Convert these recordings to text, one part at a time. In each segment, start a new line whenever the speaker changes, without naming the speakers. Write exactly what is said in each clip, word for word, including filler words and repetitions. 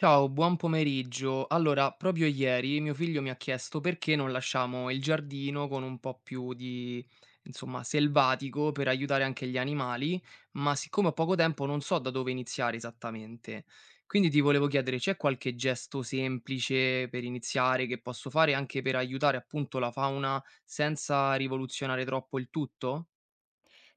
Ciao, buon pomeriggio. Allora, proprio ieri mio figlio mi ha chiesto perché non lasciamo il giardino con un po' più di, insomma, selvatico per aiutare anche gli animali, ma siccome ho poco tempo non so da dove iniziare esattamente. Quindi ti volevo chiedere, c'è qualche gesto semplice per iniziare che posso fare anche per aiutare appunto la fauna senza rivoluzionare troppo il tutto?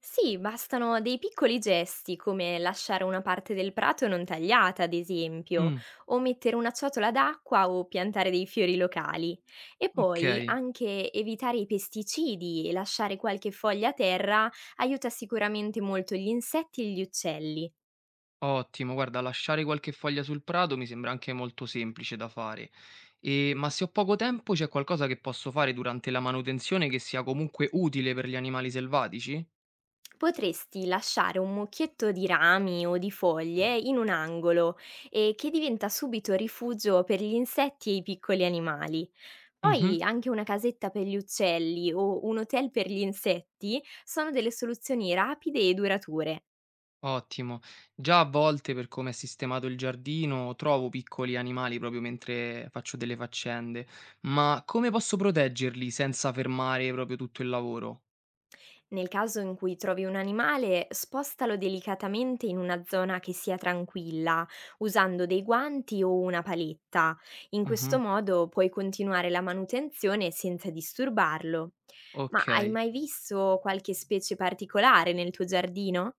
Sì, bastano dei piccoli gesti come lasciare una parte del prato non tagliata, ad esempio,
Mm,
o mettere una ciotola d'acqua o piantare dei fiori locali. E
ok.
poi anche evitare i pesticidi e lasciare qualche foglia a terra aiuta sicuramente molto gli insetti e gli uccelli.
Ottimo, guarda, lasciare qualche foglia sul prato mi sembra anche molto semplice da fare. E- ma se ho poco tempo, c'è qualcosa che posso fare durante la manutenzione che sia comunque utile per gli animali selvatici?
Potresti lasciare un mucchietto di rami o di foglie in un angolo e che diventa subito rifugio per gli insetti e i piccoli animali.
Mhm.
Poi anche una casetta per gli uccelli o un hotel per gli insetti sono delle soluzioni rapide e durature.
Ottimo. Già a volte, per come è sistemato il giardino, trovo piccoli animali proprio mentre faccio delle faccende. Ma come posso proteggerli senza fermare proprio tutto il lavoro?
Nel caso in cui trovi un animale, spostalo delicatamente in una zona che sia tranquilla, usando dei guanti o una paletta. In questo
Mhm.
modo puoi continuare la manutenzione senza disturbarlo. Ma hai
Ok.
mai visto qualche specie particolare nel tuo giardino?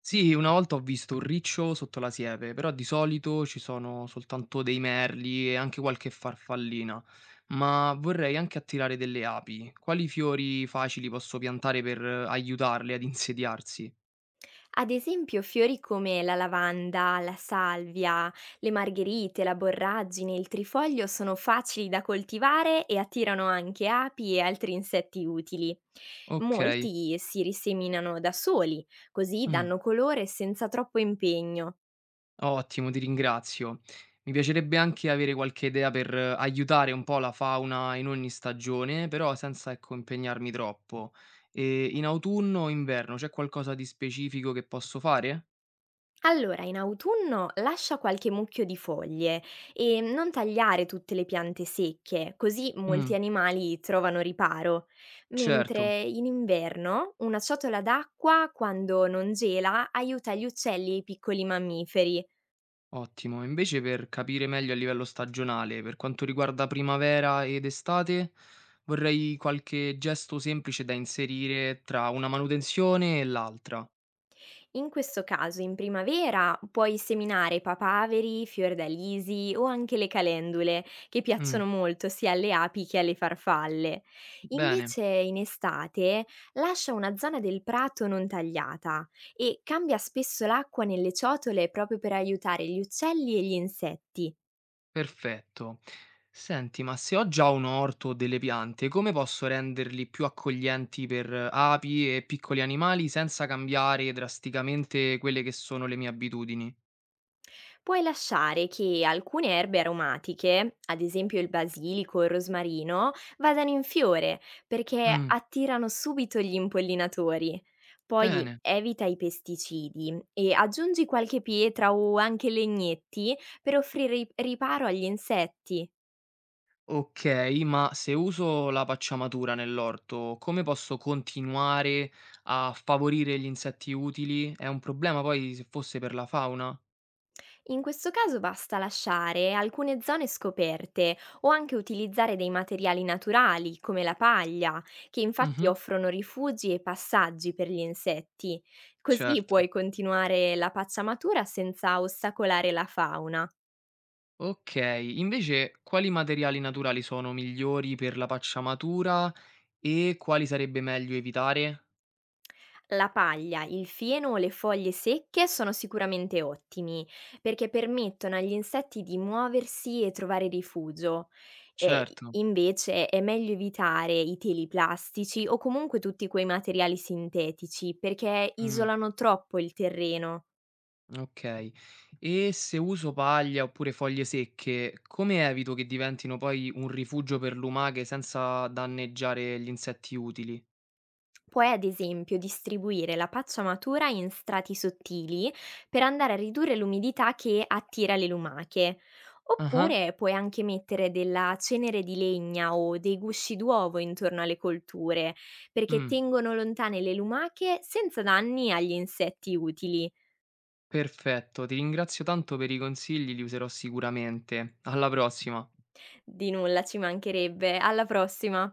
Sì, una volta ho visto un riccio sotto la siepe, però di solito ci sono soltanto dei merli e anche qualche farfallina. Ma vorrei anche attirare delle api. Quali fiori facili posso piantare per eh, aiutarle ad insediarsi?
Ad esempio fiori come la lavanda, la salvia, le margherite, la borragine, il trifoglio sono facili da coltivare e attirano anche api e altri insetti utili.
Ok,
Molti si riseminano da soli, così
mm,
danno colore senza troppo impegno.
ottimo, ti ringrazio. Mi piacerebbe anche avere qualche idea per eh, aiutare un po' la fauna in ogni stagione, però senza, ecco, impegnarmi troppo. E in autunno o inverno c'è qualcosa di specifico che posso fare?
Allora, in autunno lascia qualche mucchio di foglie e non tagliare tutte le piante secche, così molti
Mm.
animali trovano riparo,
Certo,
mentre in inverno una ciotola d'acqua, quando non gela, aiuta gli uccelli e i piccoli mammiferi.
ottimo. Invece per capire meglio a livello stagionale, per quanto riguarda primavera ed estate, vorrei qualche gesto semplice da inserire tra una manutenzione e l'altra.
In questo caso, in primavera puoi seminare papaveri, fiordalisi o anche le calendule, che piacciono
Mm,
molto sia alle api che alle farfalle.
bene,
Invece, in estate, lascia una zona del prato non tagliata e cambia spesso l'acqua nelle ciotole proprio per aiutare gli uccelli e gli insetti.
perfetto. Senti, ma se ho già un orto o delle piante, come posso renderli più accoglienti per eh, api e piccoli animali senza cambiare drasticamente quelle che sono le mie abitudini?
Puoi lasciare che alcune erbe aromatiche, ad esempio il basilico o il rosmarino, vadano in fiore perché
Mm,
attirano subito gli impollinatori. Poi
bene.
evita i pesticidi e aggiungi qualche pietra o anche legnetti per offrire ri- riparo agli insetti.
Okay, ma se uso la pacciamatura nell'orto, come posso continuare a favorire gli insetti utili? È un problema poi se fosse per la fauna?
In questo caso basta lasciare alcune zone scoperte o anche utilizzare dei materiali naturali come la paglia, che infatti
Mh-mh,
offrono rifugi e passaggi per gli insetti. Così
certo.
puoi continuare la pacciamatura senza ostacolare la fauna.
Okay, invece quali materiali naturali sono migliori per la pacciamatura e quali sarebbe meglio evitare?
La paglia, il fieno o le foglie secche sono sicuramente ottimi perché permettono agli insetti di muoversi e trovare rifugio. E
Certo,
invece è meglio evitare i teli plastici o comunque tutti quei materiali sintetici perché
mh.
isolano troppo il terreno.
Okay. E se uso paglia oppure foglie secche, come evito che diventino poi un rifugio per lumache senza danneggiare gli insetti utili?
Puoi ad esempio distribuire la paccia matura in strati sottili per andare a ridurre l'umidità che attira le lumache.
Ah-ah.
Oppure puoi anche mettere della cenere di legna o dei gusci d'uovo intorno alle colture, perché
Mh,
tengono lontane le lumache senza danni agli insetti utili.
perfetto, ti ringrazio tanto per i consigli, li userò sicuramente. Alla prossima.
Di nulla, ci mancherebbe, alla prossima!